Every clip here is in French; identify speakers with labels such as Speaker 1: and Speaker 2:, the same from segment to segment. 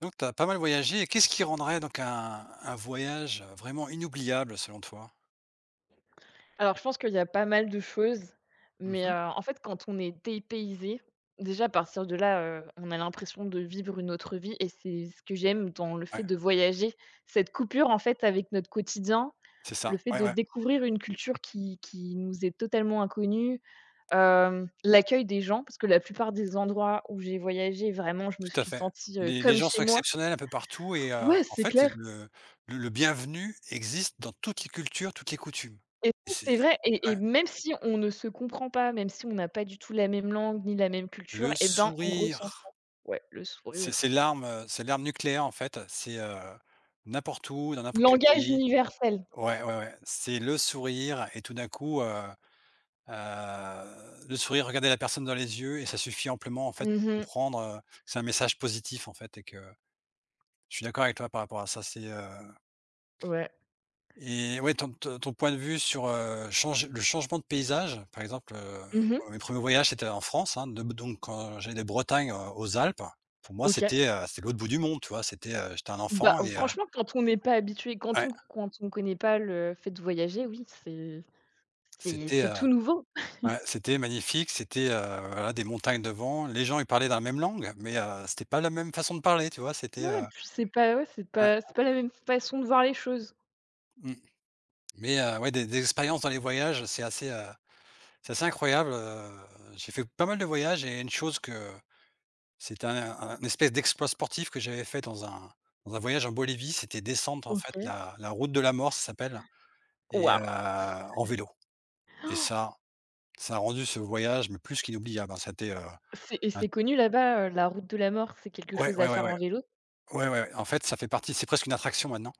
Speaker 1: Donc tu as pas mal voyagé et qu'est-ce qui rendrait donc un voyage, vraiment inoubliable selon toi?
Speaker 2: Alors, je pense qu'il y a pas mal de choses, mais,
Speaker 1: Mmh.
Speaker 2: en fait, quand on est dépaysé, déjà à partir de là, on a l'impression de vivre une autre vie et c'est ce que j'aime dans le fait
Speaker 1: Ouais,
Speaker 2: de voyager. Cette coupure, en fait, avec notre quotidien,
Speaker 1: c'est
Speaker 2: le
Speaker 1: ça,
Speaker 2: fait
Speaker 1: ouais,
Speaker 2: de
Speaker 1: ouais,
Speaker 2: découvrir une culture qui nous est totalement inconnue, l'accueil des gens, parce que la plupart des endroits où j'ai voyagé, vraiment, je me
Speaker 1: tout à
Speaker 2: suis
Speaker 1: fait.
Speaker 2: sentie,
Speaker 1: Les
Speaker 2: comme
Speaker 1: gens
Speaker 2: chez
Speaker 1: sont
Speaker 2: moi.
Speaker 1: exceptionnels un peu partout et,
Speaker 2: Ouais,
Speaker 1: en
Speaker 2: c'est
Speaker 1: fait, il y a
Speaker 2: clair.
Speaker 1: le bienvenu existe dans toutes les cultures, toutes les coutumes.
Speaker 2: Et
Speaker 1: Et
Speaker 2: ça,
Speaker 1: c'est,
Speaker 2: c'est vrai et
Speaker 1: ouais,
Speaker 2: même si on ne se comprend pas, même si on n'a pas du tout la même langue ni la même culture,
Speaker 1: le
Speaker 2: et ben, on ressent ça.
Speaker 1: sourire,
Speaker 2: Ouais, le
Speaker 1: c'est
Speaker 2: sourire.
Speaker 1: c'est l'arme, c'est l'arme nucléaire, en fait, c'est, n'importe où, dans n'importe quel
Speaker 2: Langage
Speaker 1: pays.
Speaker 2: universel.
Speaker 1: Ouais, ouais, ouais, c'est le sourire et tout d'un coup. Le sourire, regarder la personne dans les yeux et ça suffit amplement, en fait,
Speaker 2: Mmh
Speaker 1: pour
Speaker 2: mh.
Speaker 1: comprendre, que c'est un message positif, en fait, et que je suis d'accord avec toi par rapport à ça.
Speaker 2: Ouais.
Speaker 1: Et, ouais, ton point de vue sur, changement de paysage, par exemple,
Speaker 2: Mmh mh.
Speaker 1: mes premiers voyages c'était en France, hein, de donc quand j'allais de Bretagne, aux Alpes, pour moi
Speaker 2: OK.
Speaker 1: c'était l'autre bout du monde, tu vois? C'était, j'étais un
Speaker 2: Bah,
Speaker 1: enfant et,
Speaker 2: franchement, quand on n'est pas habitué, quand
Speaker 1: ouais,
Speaker 2: on connaît pas le fait de voyager, oui, c'est c'est
Speaker 1: c'était,
Speaker 2: c'est
Speaker 1: heu,
Speaker 2: tout nouveau.
Speaker 1: ouais, c'était magnifique, c'était, voilà, des montagnes devant. Les gens, ils parlaient dans la même langue, mais, c'était pas la même façon de parler, tu vois? C'était,
Speaker 2: Ouais, puis c'est pas ouais, c'est
Speaker 1: ouais,
Speaker 2: pas c'est pas la même façon de voir les choses.
Speaker 1: mmh, mais, ouais, des expériences dans les voyages, c'est assez incroyable, j'ai fait pas mal de voyages et une chose que c'était un espèce d'exploit sportif que j'avais fait dans un voyage en Bolivie, c'était descendre, en fait,
Speaker 2: OK.
Speaker 1: la route de la mort, ça s'appelle, et,
Speaker 2: Waouh!
Speaker 1: en vélo, et ça a rendu ce voyage, mais plus qu'inoubliable, hein, c'était,
Speaker 2: C'est et
Speaker 1: un.
Speaker 2: c'est connu là-bas, la route de la mort, c'est quelque
Speaker 1: Ouais,
Speaker 2: chose à
Speaker 1: ouais, ouais,
Speaker 2: faire en
Speaker 1: ouais.
Speaker 2: vélo?
Speaker 1: Ouais, ouais, ouais. En fait, ça fait partie, c'est presque une attraction maintenant,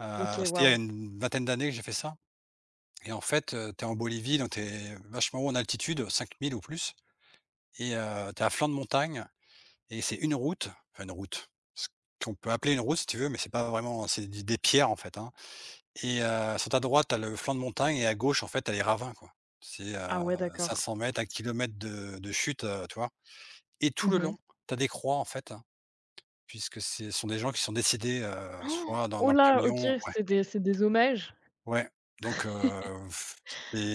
Speaker 2: OK,
Speaker 1: c'était il y a
Speaker 2: waouh.
Speaker 1: une vingtaine d'années que j'ai fait ça. Et en fait, tu en Bolivie, donc t'es vachement haut en altitude, 5 000 ou plus, et, tu à flanc de montagne, et c'est une route, enfin une route, ce qu'on peut appeler une route si tu veux, mais c'est pas vraiment, c'est des pierres, en fait, hein, et, sur ta droite, t'as le flanc de montagne et à gauche, en fait, t'as les ravins, quoi. C'est,
Speaker 2: Ah ouais,
Speaker 1: cinq
Speaker 2: d'accord.
Speaker 1: cents mètres 1 km de chute, tu vois? Et tout
Speaker 2: Mmh
Speaker 1: le
Speaker 2: mh.
Speaker 1: long, t'as des croix, en fait, hein, puisque ce sont des gens qui sont décédés,
Speaker 2: Oh,
Speaker 1: soit dans
Speaker 2: oh
Speaker 1: dans le
Speaker 2: là, OK,
Speaker 1: camion, ouais.
Speaker 2: c'est des hommages?
Speaker 1: Ouais, donc,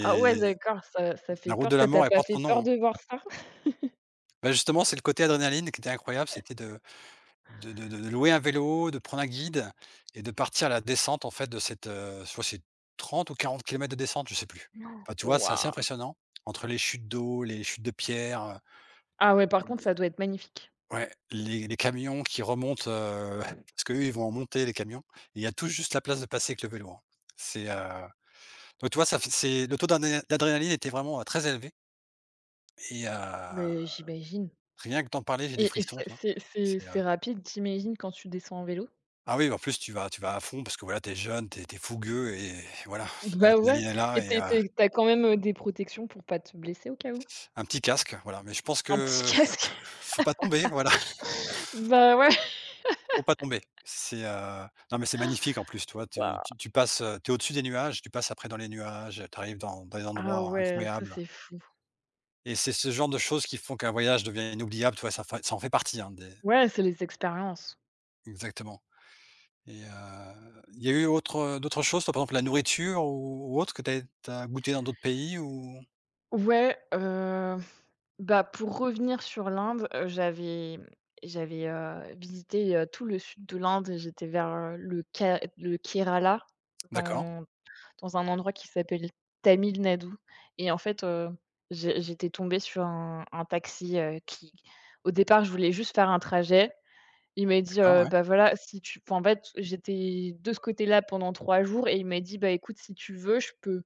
Speaker 2: Ah ouais, d'accord, ça fait
Speaker 1: la route
Speaker 2: peur.
Speaker 1: de la
Speaker 2: Ça t'a
Speaker 1: mort, elle
Speaker 2: pas
Speaker 1: porte
Speaker 2: fait
Speaker 1: son nom,
Speaker 2: peur
Speaker 1: hein.
Speaker 2: de voir ça?
Speaker 1: Bah, justement, c'est le côté adrénaline qui était incroyable, c'était de louer un vélo, de prendre un guide et de partir à la descente, en fait, de cette, je crois que c'est 30 ou 40 kilomètres de descente, je sais plus. Enfin, tu vois, c'est assez
Speaker 2: Waouh!
Speaker 1: impressionnant entre les chutes d'eau, les chutes de pierres,
Speaker 2: Ah ouais, par contre, ça
Speaker 1: heu,
Speaker 2: doit être magnifique.
Speaker 1: ouais, les camions qui remontent, parce que eux, ils vont en monter les camions et il y a tout juste la place de passer avec le vélo, hein. C'est, donc tu vois, ça fait c'est le taux d'adrénaline était vraiment, très élevé, et,
Speaker 2: Mais j'imagine,
Speaker 1: rien que d'en parler, j'ai des
Speaker 2: et
Speaker 1: frissons,
Speaker 2: c'est
Speaker 1: tu vois?
Speaker 2: c'est c'est c'est rapide, j'imagine, quand tu descends en vélo?
Speaker 1: Ah oui, en plus tu vas à fond parce que voilà, t'es jeune, t'es es fougueux et voilà,
Speaker 2: Bah ouais,
Speaker 1: l'adrénaline est
Speaker 2: et
Speaker 1: là,
Speaker 2: tu
Speaker 1: et,
Speaker 2: es tu es tu as quand même, des protections pour pas te blesser au cas où?
Speaker 1: un petit casque, voilà. Mais je pense
Speaker 2: Un petit
Speaker 1: que
Speaker 2: casque?
Speaker 1: faut pas tomber, voilà,
Speaker 2: Bah ouais.
Speaker 1: faut pas tomber. C'est, non, mais c'est magnifique en plus, toi, tu vois? Tu
Speaker 2: Waouh!
Speaker 1: tu tu passes, tu au-dessus des nuages, tu passes après dans les nuages, t'arrives dans des
Speaker 2: Ah
Speaker 1: endroits
Speaker 2: ouais, ça,
Speaker 1: incroyables
Speaker 2: c'est fou.
Speaker 1: et c'est ce genre de choses qui font qu'un voyage devient inoubliable, tu vois? Ça en fait partie, hein, des.
Speaker 2: Ouais, c'est les expériences.
Speaker 1: Exactement, et, il y a eu autre, d'autres choses, toi, par exemple la nourriture ou autre que t'as as goûté dans d'autres pays ou?
Speaker 2: Ouais. Bah, pour revenir sur l'Inde, j'avais visité, tout le sud de l'Inde et j'étais vers, le Kerala,
Speaker 1: D'accord,
Speaker 2: dans un endroit qui s'appelle Tamil Nadu. Et en fait, j'étais tombée sur un taxi, qui, au départ, je voulais juste faire un trajet. Il m'a dit,
Speaker 1: d'accord, ouais.
Speaker 2: «Bah, voilà, si tu…» Enfin, en fait, j'étais de ce côté-là pendant 3 jours et il m'a dit: «Bah, écoute, si tu veux, je peux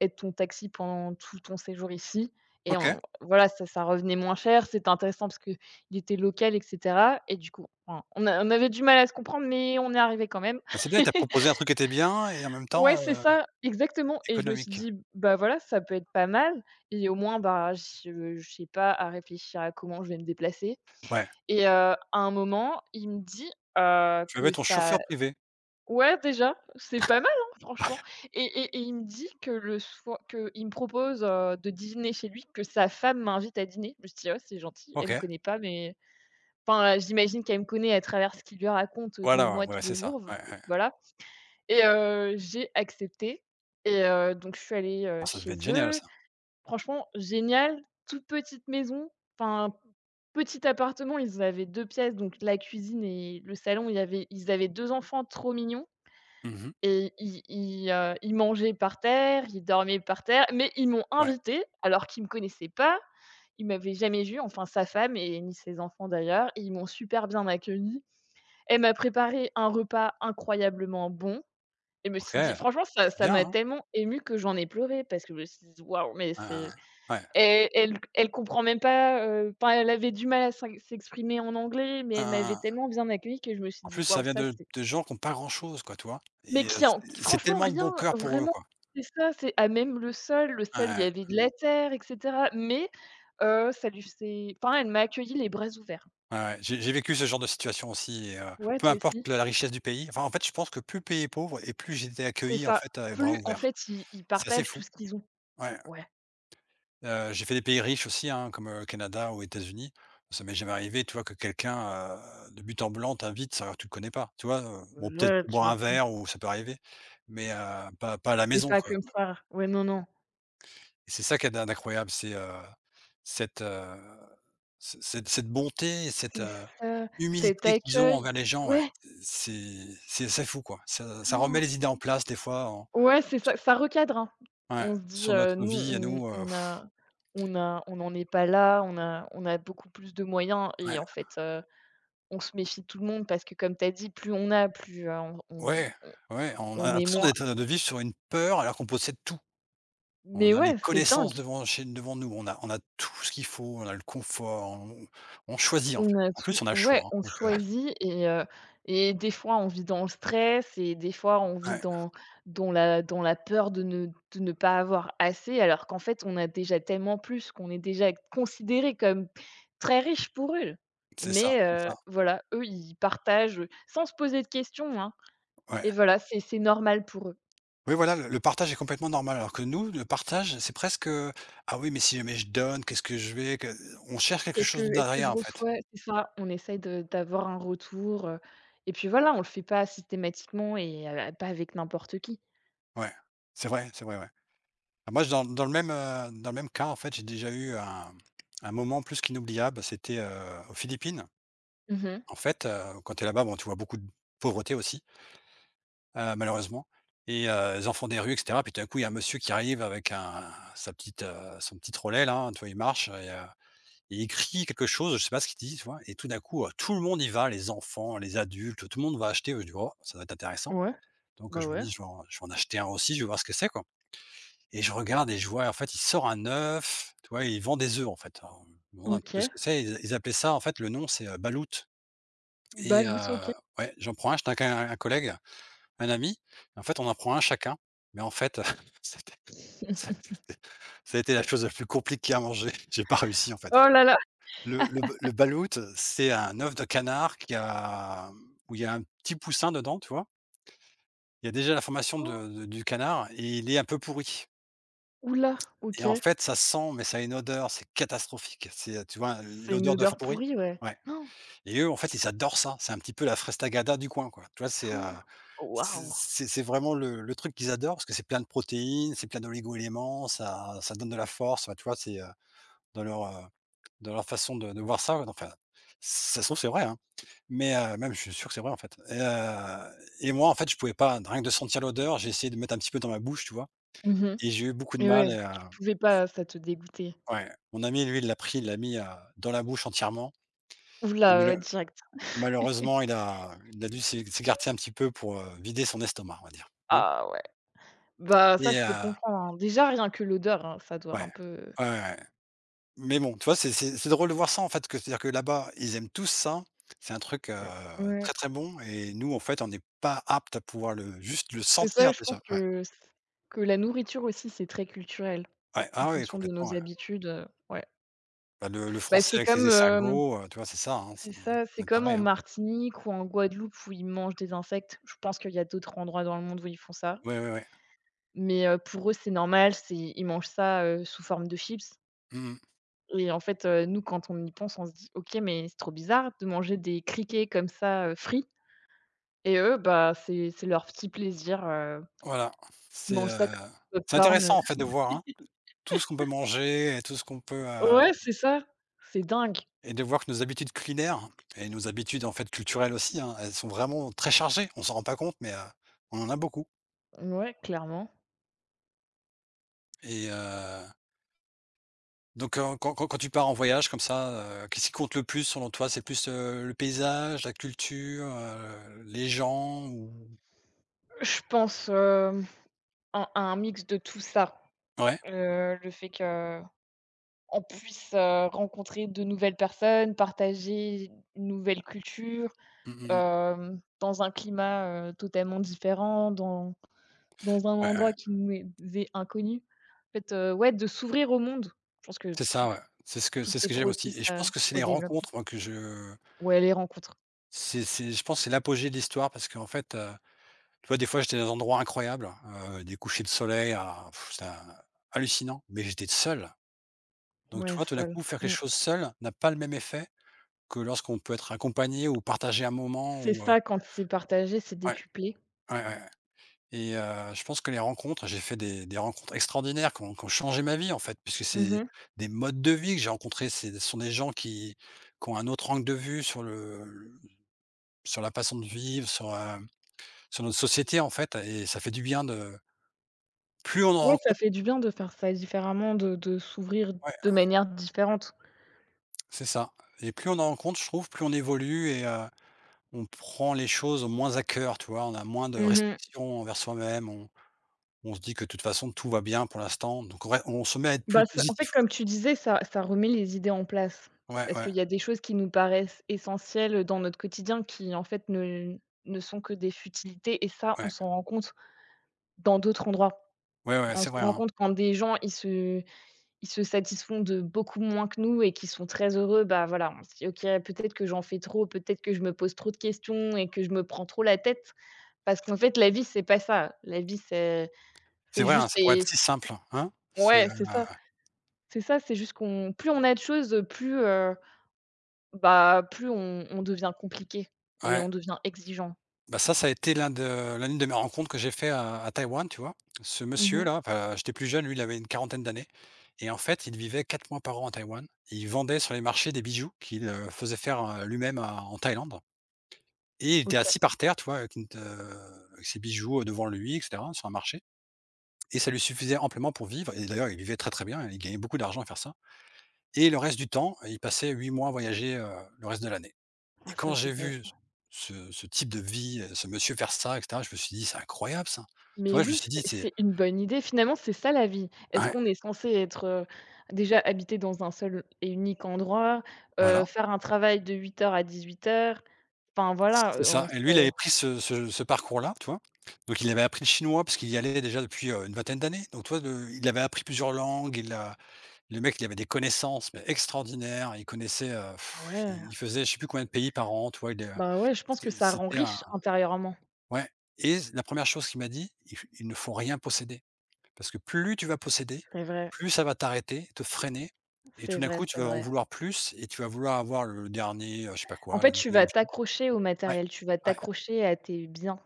Speaker 2: être ton taxi pendant tout ton séjour ici.» Et
Speaker 1: OK.
Speaker 2: on voilà, ça revenait moins cher, c'était intéressant parce qu'il était local et cetera, et du coup, enfin, on avait du mal à se comprendre, mais on est arrivé quand même.
Speaker 1: Bah, c'est bien, il t'a proposé un truc qui était bien et en même temps,
Speaker 2: Ouais, c'est ça, exactement, et je me suis
Speaker 1: économique.
Speaker 2: dit: «Bah, voilà, ça peut être pas mal et au moins, bah, je sais pas, à réfléchir à comment je vais me déplacer.»
Speaker 1: Ouais.
Speaker 2: Et à un moment, il me dit,
Speaker 1: Tu avais
Speaker 2: que
Speaker 1: ton chauffeur
Speaker 2: ça
Speaker 1: privé.
Speaker 2: Ouais, déjà, c'est pas mal, hein, franchement. Et il me dit que le soir, que il me propose, de dîner chez lui, que sa femme m'invite à dîner. Je me suis dit: «Oh, c'est gentil, elle me
Speaker 1: OK.
Speaker 2: connaît pas, mais…» Enfin, là, j'imagine qu'elle me connaît à travers ce qu'il lui raconte de
Speaker 1: Voilà,
Speaker 2: moi
Speaker 1: ouais,
Speaker 2: tous
Speaker 1: ouais, c'est
Speaker 2: les
Speaker 1: ça.
Speaker 2: jours,
Speaker 1: Ouais,
Speaker 2: v
Speaker 1: ouais.
Speaker 2: voilà. Et j'ai accepté, et donc je suis allée,
Speaker 1: Ah, ça devait être
Speaker 2: chez
Speaker 1: génial,
Speaker 2: eux.
Speaker 1: ça.
Speaker 2: Franchement, génial, toute petite maison, enfin, petit appartement, ils avaient 2 pièces, donc la cuisine et le salon. Il y avait Ils avaient 2 enfants trop mignons.
Speaker 1: Mmh mh.
Speaker 2: Et ils mangeaient par terre, ils dormaient par terre, mais ils m'ont
Speaker 1: Ouais.
Speaker 2: invité, alors qu'ils me connaissaient pas. Ils m'avaient jamais vu, enfin sa femme, et ni ses enfants d'ailleurs, et ils m'ont super bien accueilli. Elle m'a préparé un repas incroyablement bon et me
Speaker 1: OK,
Speaker 2: suis dit,
Speaker 1: c'est
Speaker 2: franchement, ça
Speaker 1: bien,
Speaker 2: m'a
Speaker 1: hein.
Speaker 2: tellement émue que j'en ai pleuré, parce que je me suis dit: «Waouh, mais
Speaker 1: Hein,
Speaker 2: c'est…»
Speaker 1: hein, ouais.
Speaker 2: Elle comprend même pas, enfin elle avait du mal à s'exprimer en anglais, mais
Speaker 1: Hein,
Speaker 2: elle
Speaker 1: hein,
Speaker 2: m'avait
Speaker 1: hein.
Speaker 2: tellement bien accueilli que je me suis
Speaker 1: En
Speaker 2: dit:
Speaker 1: plus, ça
Speaker 2: «Waouh,
Speaker 1: vient
Speaker 2: ça
Speaker 1: de
Speaker 2: c'est…»
Speaker 1: de gens qui ont pas grand-chose, quoi, tu vois?
Speaker 2: Mais
Speaker 1: Et,
Speaker 2: qui en
Speaker 1: c'est
Speaker 2: franchement
Speaker 1: tellement de bon
Speaker 2: rien,
Speaker 1: cœur pour eux,
Speaker 2: vraiment,
Speaker 1: quoi.
Speaker 2: c'est ça, c'est à même le
Speaker 1: Ouais,
Speaker 2: sol, il y
Speaker 1: ouais.
Speaker 2: avait de la terre et cetera, mais ça lui faisait, enfin, elle m'a accueilli les bras ouverts.
Speaker 1: Ouais, ouais. J'ai vécu ce genre de situation aussi, et,
Speaker 2: «Ouais,
Speaker 1: peu
Speaker 2: toi aussi»,
Speaker 1: importe la richesse du pays, enfin, en fait, je pense que plus le pays est pauvre et plus j'étais
Speaker 2: c'est
Speaker 1: accueilli, en
Speaker 2: ça.
Speaker 1: fait, à bras
Speaker 2: Plus en
Speaker 1: ouverts.
Speaker 2: fait, ils
Speaker 1: C'est assez
Speaker 2: partagent tout
Speaker 1: fou.
Speaker 2: ce qu'ils ont.
Speaker 1: Ouais.
Speaker 2: Ouais,
Speaker 1: J'ai fait des pays riches aussi, hein, comme, Canada ou États-Unis. Ça m'est jamais arrivé, tu vois, que quelqu'un, de but en blanc t'invite alors que tu le connais pas, tu vois? Bon, peut-être
Speaker 2: ouais,
Speaker 1: pour
Speaker 2: tu
Speaker 1: boire un
Speaker 2: m'étonnes,
Speaker 1: verre ou ça peut arriver, mais, pas à la
Speaker 2: mais
Speaker 1: maison,
Speaker 2: pas
Speaker 1: quoi.
Speaker 2: comme ça. Ouais, non, non,
Speaker 1: Et c'est ça qui est d'incroyable, c'est, cette, ce cette cette bonté et cette,
Speaker 2: c'est ça, cet
Speaker 1: humilité qu'ils ont
Speaker 2: accueil.
Speaker 1: envers les gens, ouais.
Speaker 2: Ouais,
Speaker 1: C'est fou, quoi. Ça remet les idées en place des fois en
Speaker 2: ouais, c'est ça, ça recadre, hein.
Speaker 1: ouais,
Speaker 2: On se dit,
Speaker 1: sur notre
Speaker 2: nous,
Speaker 1: vie à
Speaker 2: on
Speaker 1: nous,
Speaker 2: on a on a on n'en est pas là, on a beaucoup plus de moyens et
Speaker 1: ouais.
Speaker 2: en fait, on se méfie de tout le monde parce que, comme tu as dit, plus on a, plus, on on
Speaker 1: Ouais, ouais, on a
Speaker 2: on est
Speaker 1: l'impression
Speaker 2: moins,
Speaker 1: d'être, de vivre sur une peur alors qu'on possède tout. On
Speaker 2: mais
Speaker 1: a les
Speaker 2: ouais, c'est dingue.
Speaker 1: connaissances devant chez devant nous, on a tout ce qu'il faut, on a le confort, on choisit, en
Speaker 2: On
Speaker 1: fait.
Speaker 2: a
Speaker 1: En
Speaker 2: tout,
Speaker 1: plus, on a le
Speaker 2: ouais,
Speaker 1: choix, hein,
Speaker 2: on
Speaker 1: donc,
Speaker 2: choisit, et des fois on vit dans le stress, et des fois on vit
Speaker 1: ouais,
Speaker 2: dans la peur de ne pas avoir assez, alors qu'en fait, on a déjà tellement plus, qu'on est déjà considéré comme très riche pour eux. Mais
Speaker 1: c'est ça,
Speaker 2: voilà, eux, ils partagent, sans se poser de questions, hein,
Speaker 1: ouais.
Speaker 2: et voilà, c'est normal pour eux.
Speaker 1: Oui, voilà, le partage est complètement normal, alors que nous, le partage, c'est presque, «Ah oui, mais si jamais je donne, qu'est-ce que je vais? Que» on cherche quelque
Speaker 2: Qu'est-ce que
Speaker 1: chose
Speaker 2: Est-ce que je
Speaker 1: derrière, en fait.
Speaker 2: reçois? C'est ça, on essaye de d'avoir un retour, et puis voilà, on le fait pas systématiquement et pas avec n'importe qui.
Speaker 1: Ouais, c'est vrai, ouais. Ah, moi, je dans le même, dans le même cas, en fait, j'ai déjà eu un moment plus qu'inoubliable, c'était, aux Philippines.
Speaker 2: Mmh.
Speaker 1: En fait, quand tu es là-bas, bon, tu vois beaucoup de pauvreté aussi, malheureusement, et, les enfants des rues et cetera. Puis tout d'un coup, il y a un monsieur qui arrive avec un sa petite, son petit trolley là, hein, tu vois? Il marche et, et il crie quelque chose, je sais pas ce qu'il dit, tu vois? Et tout d'un coup, tout le monde y va, les enfants, les adultes, tout le monde va acheter. Je dis: «Oh, ça doit être intéressant».
Speaker 2: Ouais,
Speaker 1: Donc,
Speaker 2: bah,
Speaker 1: je me
Speaker 2: ouais.
Speaker 1: dis: «Je vais en acheter un aussi, je vais voir ce que c'est, quoi», et je regarde et je vois, en fait, il sort un œuf, tu vois? Il vend des œufs, en fait. Alors, je me demande un petit peu ce
Speaker 2: OK,
Speaker 1: que c'est. Ils appelaient ça, en fait, le nom, c'est, balout. Et,
Speaker 2: baloute, OK.
Speaker 1: ouais, j'en prends un, j'étais avec un collègue, un ami, en fait, on en prend un chacun, mais en fait, c'était ça a été ça a été la chose la plus compliquée à manger. J'ai pas réussi, en fait.
Speaker 2: Oh là là!
Speaker 1: Le balout, c'est un œuf de canard qui a où il y a un petit poussin dedans, tu vois? Il y a déjà la formation de du canard et il est un peu pourri,
Speaker 2: Ouh là!
Speaker 1: et
Speaker 2: OK,
Speaker 1: en fait, ça sent, mais ça a une odeur, c'est catastrophique. C'est, tu vois,
Speaker 2: c'est une
Speaker 1: l'odeur d'œuf
Speaker 2: odeur
Speaker 1: pourri?
Speaker 2: pourrie, ouais.
Speaker 1: Ouais.
Speaker 2: Oh,
Speaker 1: Et eux, en fait, ils adorent ça. C'est un petit peu la frestagada du coin, quoi. Tu vois, c'est,
Speaker 2: oh,
Speaker 1: c'est
Speaker 2: waouh!
Speaker 1: c'est c'est vraiment le truc qu'ils adorent parce que c'est plein de protéines, c'est plein d'oligo-éléments, ça donne de la force, enfin, tu vois? C'est, dans leur, heu, dans leur façon de voir ça, ouais, enfin, ça se trouve, c'est vrai, hein, mais, même je suis sûr que c'est vrai, en fait, et, et moi, en fait, je pouvais pas, rien que de sentir l'odeur, j'ai essayé de mettre un petit peu dans ma bouche, tu vois?
Speaker 2: Mmh.
Speaker 1: Et j'ai eu beaucoup de
Speaker 2: Et
Speaker 1: mal,
Speaker 2: ouais,
Speaker 1: et,
Speaker 2: tu pouvais pas, ça te dégoûtait?
Speaker 1: ouais, mon ami, lui, il l'a pris, il l'a mis, dans la bouche entièrement. Il me
Speaker 2: Oula,
Speaker 1: l'a.
Speaker 2: ouais, direct.
Speaker 1: Malheureusement, il a dû s'écarter un petit peu pour, vider son estomac, on va dire, hein,
Speaker 2: Ah ouais. Bah, ça,
Speaker 1: et,
Speaker 2: je peux comprendre, hein. Déjà, rien que l'odeur, hein, ça doit
Speaker 1: ouais.
Speaker 2: un peu,
Speaker 1: Ouais, ouais, ouais. Mais bon, tu vois, c'est drôle de voir ça, en fait, que c'est-à-dire que là-bas, ils aiment tous ça. C'est un truc,
Speaker 2: heu, ouais.
Speaker 1: très, très bon, et nous, en fait, on n'est pas apte à pouvoir le juste le
Speaker 2: C'est ça,
Speaker 1: sentir
Speaker 2: je pense
Speaker 1: déjà. Ouais.
Speaker 2: que la nourriture aussi, c'est très culturel
Speaker 1: Ouais.
Speaker 2: en
Speaker 1: Ah oui,
Speaker 2: fonction de
Speaker 1: complètement,
Speaker 2: nos
Speaker 1: ouais.
Speaker 2: habitudes, ouais.
Speaker 1: Bah, le
Speaker 2: Bah,
Speaker 1: français avec ses escargots, tu vois, c'est ça, hein,
Speaker 2: c'est
Speaker 1: c'est
Speaker 2: ça, c'est
Speaker 1: on est
Speaker 2: comme
Speaker 1: pareil,
Speaker 2: en
Speaker 1: hein.
Speaker 2: Martinique ou en Guadeloupe où ils mangent des insectes. Je pense qu'il y a d'autres endroits dans le monde où ils font ça,
Speaker 1: Ouais, ouais, ouais.
Speaker 2: mais pour eux, c'est normal, c'est ils mangent ça, sous forme de chips,
Speaker 1: Mmh.
Speaker 2: et en fait, nous, quand on y pense, on se dit: «OK, mais c'est trop bizarre de manger des criquets comme ça, frits.» Et eux, bah, c'est leur petit plaisir,
Speaker 1: Voilà.
Speaker 2: ils
Speaker 1: C'est,
Speaker 2: mangent
Speaker 1: heu,
Speaker 2: ça comme du
Speaker 1: c'est
Speaker 2: popcorn,
Speaker 1: intéressant, en fait, de voir, hein, tout ce qu'on peut manger et tout ce qu'on peut.
Speaker 2: ouais, c'est ça, c'est dingue.
Speaker 1: Et de voir que nos habitudes culinaires et nos habitudes, en fait, culturelles aussi, hein, elles sont vraiment très chargées. On s'en rend pas compte, mais, on en a beaucoup
Speaker 2: Ouais, clairement.
Speaker 1: et donc quand tu pars en voyage comme ça, qu'est-ce qui compte le plus selon toi? C'est plus, le paysage, la culture, les gens, ou
Speaker 2: Je pense, à un mix de tout ça.
Speaker 1: ouais,
Speaker 2: Le fait qu'on puisse, rencontrer de nouvelles personnes, partager une nouvelle culture,
Speaker 1: mmh mh mh.
Speaker 2: dans un climat, totalement différent, dans un
Speaker 1: Ouais, ouais.
Speaker 2: endroit qui nous est inconnu. En fait, ouais, de s'ouvrir au monde. Je pense que
Speaker 1: C'est
Speaker 2: tout
Speaker 1: ça, ouais. C'est ce que
Speaker 2: tout
Speaker 1: c'est ce
Speaker 2: est
Speaker 1: que j'aime aussi,
Speaker 2: propice,
Speaker 1: et je pense que c'est
Speaker 2: au
Speaker 1: les
Speaker 2: développement.
Speaker 1: rencontres, moi, que je
Speaker 2: Ouais, les rencontres.
Speaker 1: c'est je pense, que c'est l'apogée de l'histoire, parce qu'en fait. Tu vois, des fois, j'étais dans des endroits incroyables, des couchers de soleil à pff, c'était ha hallucinant, mais j'étais seul. Donc tu
Speaker 2: Ouais,
Speaker 1: vois, tout d'un
Speaker 2: ça,
Speaker 1: coup, faire quelque
Speaker 2: mmh.
Speaker 1: chose seul n'a pas le même effet que lorsqu'on peut être accompagné ou partager un moment,
Speaker 2: C'est
Speaker 1: ou.
Speaker 2: ça, quand c'est partagé, c'est
Speaker 1: Ouais,
Speaker 2: décuplé.
Speaker 1: ouais, ouais, ouais, et je pense que les rencontres, j'ai fait des rencontres extraordinaires qui ont changé ma vie, en fait, puisque c'est
Speaker 2: Mmh.
Speaker 1: des modes de vie que j'ai rencontrés. C'est ce sont des gens qui ont un autre angle de vue sur le sur la façon de vivre, sur, sur notre société, en fait, et ça fait du bien de plus on en
Speaker 2: Ouais,
Speaker 1: rencontre.
Speaker 2: ça fait du bien de faire ça différemment, de s'ouvrir
Speaker 1: Ouais.
Speaker 2: de manière différente.
Speaker 1: C'est ça, et plus on en rencontre, je trouve, plus on évolue, et on prend les choses moins à cœur, tu vois? On a moins de
Speaker 2: Mmh.
Speaker 1: restrictions envers soi-même, on se dit que de toute façon tout va bien pour l'instant, donc ouais, on se met à être
Speaker 2: Bah,
Speaker 1: plus
Speaker 2: ça, en
Speaker 1: positif,
Speaker 2: fait,
Speaker 1: ouais.
Speaker 2: comme tu disais, ça remet les idées en place.
Speaker 1: Ouais,
Speaker 2: Parce
Speaker 1: ouais,
Speaker 2: qu'il y a des choses qui nous paraissent essentielles dans notre quotidien qui, en fait, ne sont que des futilités, et ça, on
Speaker 1: ouais.
Speaker 2: s'en rend compte dans d'autres endroits.
Speaker 1: Ouais, ouais,
Speaker 2: On se
Speaker 1: c'est vrai,
Speaker 2: rend
Speaker 1: hein.
Speaker 2: compte quand des gens, ils se satisfont de beaucoup moins que nous et qui sont très heureux, bah, voilà, on se dit: «OK, peut-être que j'en fais trop, peut-être que je me pose trop de questions et que je me prends trop la tête.» Parce qu'en fait, la vie, c'est pas ça. La vie, c'est
Speaker 1: C'est vrai, hein,
Speaker 2: juste
Speaker 1: ça pourrait
Speaker 2: des
Speaker 1: être si simple, hein?
Speaker 2: ouais, c'est ça. C'est ça, c'est juste qu'on plus on a de choses, plus, bah, plus on devient compliqué et
Speaker 1: Ouais.
Speaker 2: on devient exigeant.
Speaker 1: Bah, ça a été l'une de mes rencontres que j'ai fait à Taïwan, tu vois? Ce
Speaker 2: Mmh mh.
Speaker 1: monsieur-là, enfin, j'étais plus jeune, lui, il avait une quarantaine d'années, et en fait, il vivait 4 mois par an à Taïwan. Il vendait sur les marchés des bijoux qu'il, faisait faire, lui-même à en Thaïlande. Et il était
Speaker 2: OK.
Speaker 1: assis par terre, tu vois, avec une t avec ses bijoux, devant lui, et cetera, sur un marché, et ça lui suffisait amplement pour vivre, et d'ailleurs il vivait très, très bien, il gagnait beaucoup d'argent à faire ça, et le reste du temps, il passait 8 mois à voyager, le reste de l'année,
Speaker 2: Ah,
Speaker 1: et quand
Speaker 2: ça, c'est
Speaker 1: j'ai
Speaker 2: pas.
Speaker 1: vu ce type de vie, ce monsieur faire ça, et cetera, je me suis dit: «C'est incroyable ça!» Tu
Speaker 2: Mais
Speaker 1: vois? Je me
Speaker 2: oui,
Speaker 1: suis
Speaker 2: c'est
Speaker 1: dit: «C'est»
Speaker 2: c'est une bonne idée. Finalement, c'est ça, la vie. Est-ce
Speaker 1: ouais,
Speaker 2: qu'on est censé être, déjà habiter dans un seul et unique endroit,
Speaker 1: voilà,
Speaker 2: faire un travail de 8 heures à 18 heures. Enfin, voilà,
Speaker 1: c'est
Speaker 2: on
Speaker 1: ça, et lui, il
Speaker 2: serait
Speaker 1: avait pris ce parcours-là, tu vois? Donc il avait appris le chinois parce qu'il y allait déjà depuis, une vingtaine d'années, donc tu vois, de il avait appris plusieurs langues, il a... Le mec, il avait des connaissances, mais extraordinaires. Il connaissait, pff,
Speaker 2: ouais,
Speaker 1: il faisait je sais plus combien de pays par an, tu vois? Il est,
Speaker 2: bah, ouais, je pense que
Speaker 1: c'était
Speaker 2: ça rend
Speaker 1: c'était un
Speaker 2: riche intérieurement.
Speaker 1: Ouais, et la première chose qu'il m'a dit: «Il ne faut rien posséder, parce que plus tu vas posséder,
Speaker 2: C'est vrai.
Speaker 1: plus ça va t'arrêter, te freiner, et
Speaker 2: C'est
Speaker 1: tout d'un
Speaker 2: vrai,
Speaker 1: coup, tu
Speaker 2: c'est
Speaker 1: vas en
Speaker 2: vrai.
Speaker 1: vouloir plus, et tu vas vouloir avoir le dernier, je sais pas
Speaker 2: En
Speaker 1: quoi,
Speaker 2: fait,
Speaker 1: le
Speaker 2: tu
Speaker 1: dernier
Speaker 2: vas
Speaker 1: objet».
Speaker 2: t'accrocher au
Speaker 1: Ouais,
Speaker 2: matériel, tu vas
Speaker 1: ouais,
Speaker 2: t'accrocher à tes biens.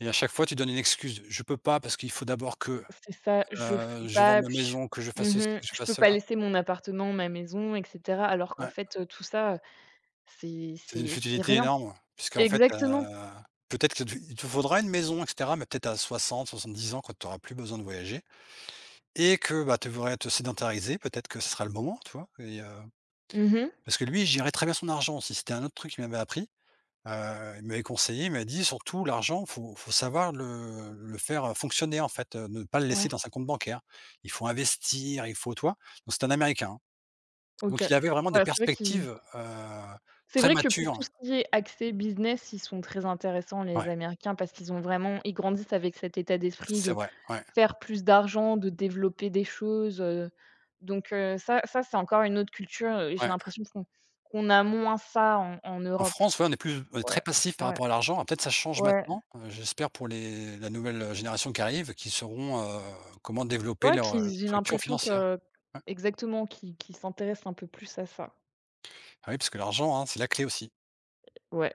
Speaker 1: et à chaque fois, tu donnes une excuse: «Je peux pas parce qu'il faut d'abord que,
Speaker 2: C'est ça, je f
Speaker 1: heu, je vende
Speaker 2: bah,
Speaker 1: ma
Speaker 2: puis
Speaker 1: maison, que je
Speaker 2: je
Speaker 1: fasse ceci,
Speaker 2: mmh
Speaker 1: que je
Speaker 2: je
Speaker 1: fasse
Speaker 2: peux pas
Speaker 1: cela».
Speaker 2: laisser mon appartement, ma maison et cetera, alors qu'en
Speaker 1: Ouais.
Speaker 2: fait, tout ça, c'est
Speaker 1: C'est d'une
Speaker 2: c'est c'est
Speaker 1: futilité
Speaker 2: rien.
Speaker 1: énorme, puisqu'en fait,
Speaker 2: Exactement.
Speaker 1: peut-être que tu il te faudra une maison, et cetera, mais peut-être à 70 ans, quand tu auras plus besoin de voyager et que, bah, tu voudrais te sédentariser, peut-être que ce sera le moment, tu vois? Et
Speaker 2: Mmh.
Speaker 1: parce que lui, il gérait très bien son argent aussi, c'était un autre truc qu'il m'avait appris. Il m'avait conseillé, il m'a dit: «Surtout l'argent, faut savoir le faire, fonctionner en fait, ne pas le laisser
Speaker 2: Ouais,
Speaker 1: dans un compte bancaire. Il faut investir, il faut» tu vois? Donc c'est un Américain, hein.
Speaker 2: OK.
Speaker 1: Donc il avait vraiment des
Speaker 2: Ouais, c'est vrai qu'il
Speaker 1: perspectives,
Speaker 2: C'est
Speaker 1: très
Speaker 2: vrai que pour tout
Speaker 1: matures.
Speaker 2: ce qui est accès business, ils sont très intéressants,
Speaker 1: Ouais,
Speaker 2: les Américains, parce qu'ils ont vraiment ils grandissent avec cet état d'esprit
Speaker 1: c'est
Speaker 2: de
Speaker 1: vrai, ouais,
Speaker 2: faire plus d'argent, de développer des choses, donc ça, ça, c'est encore une autre culture, et j'ai
Speaker 1: ouais.
Speaker 2: l'impression qu'on a moins ça en
Speaker 1: En
Speaker 2: Europe.
Speaker 1: France, ouais, on est plus on est très
Speaker 2: Ouais,
Speaker 1: passif par
Speaker 2: ouais,
Speaker 1: rapport à l'argent. Ah, peut-être ça change
Speaker 2: ouais,
Speaker 1: maintenant, j'espère pour les la nouvelle, génération qui arrive, qui sauront, comment développer
Speaker 2: ouais,
Speaker 1: leur,
Speaker 2: qui j'ai
Speaker 1: structure
Speaker 2: l'impression
Speaker 1: financière.
Speaker 2: que
Speaker 1: Ouais.
Speaker 2: exactement, qu'ils s'intéressent un peu plus à ça.
Speaker 1: Ah oui, parce que l'argent, hein, c'est la clé aussi.
Speaker 2: Ouais.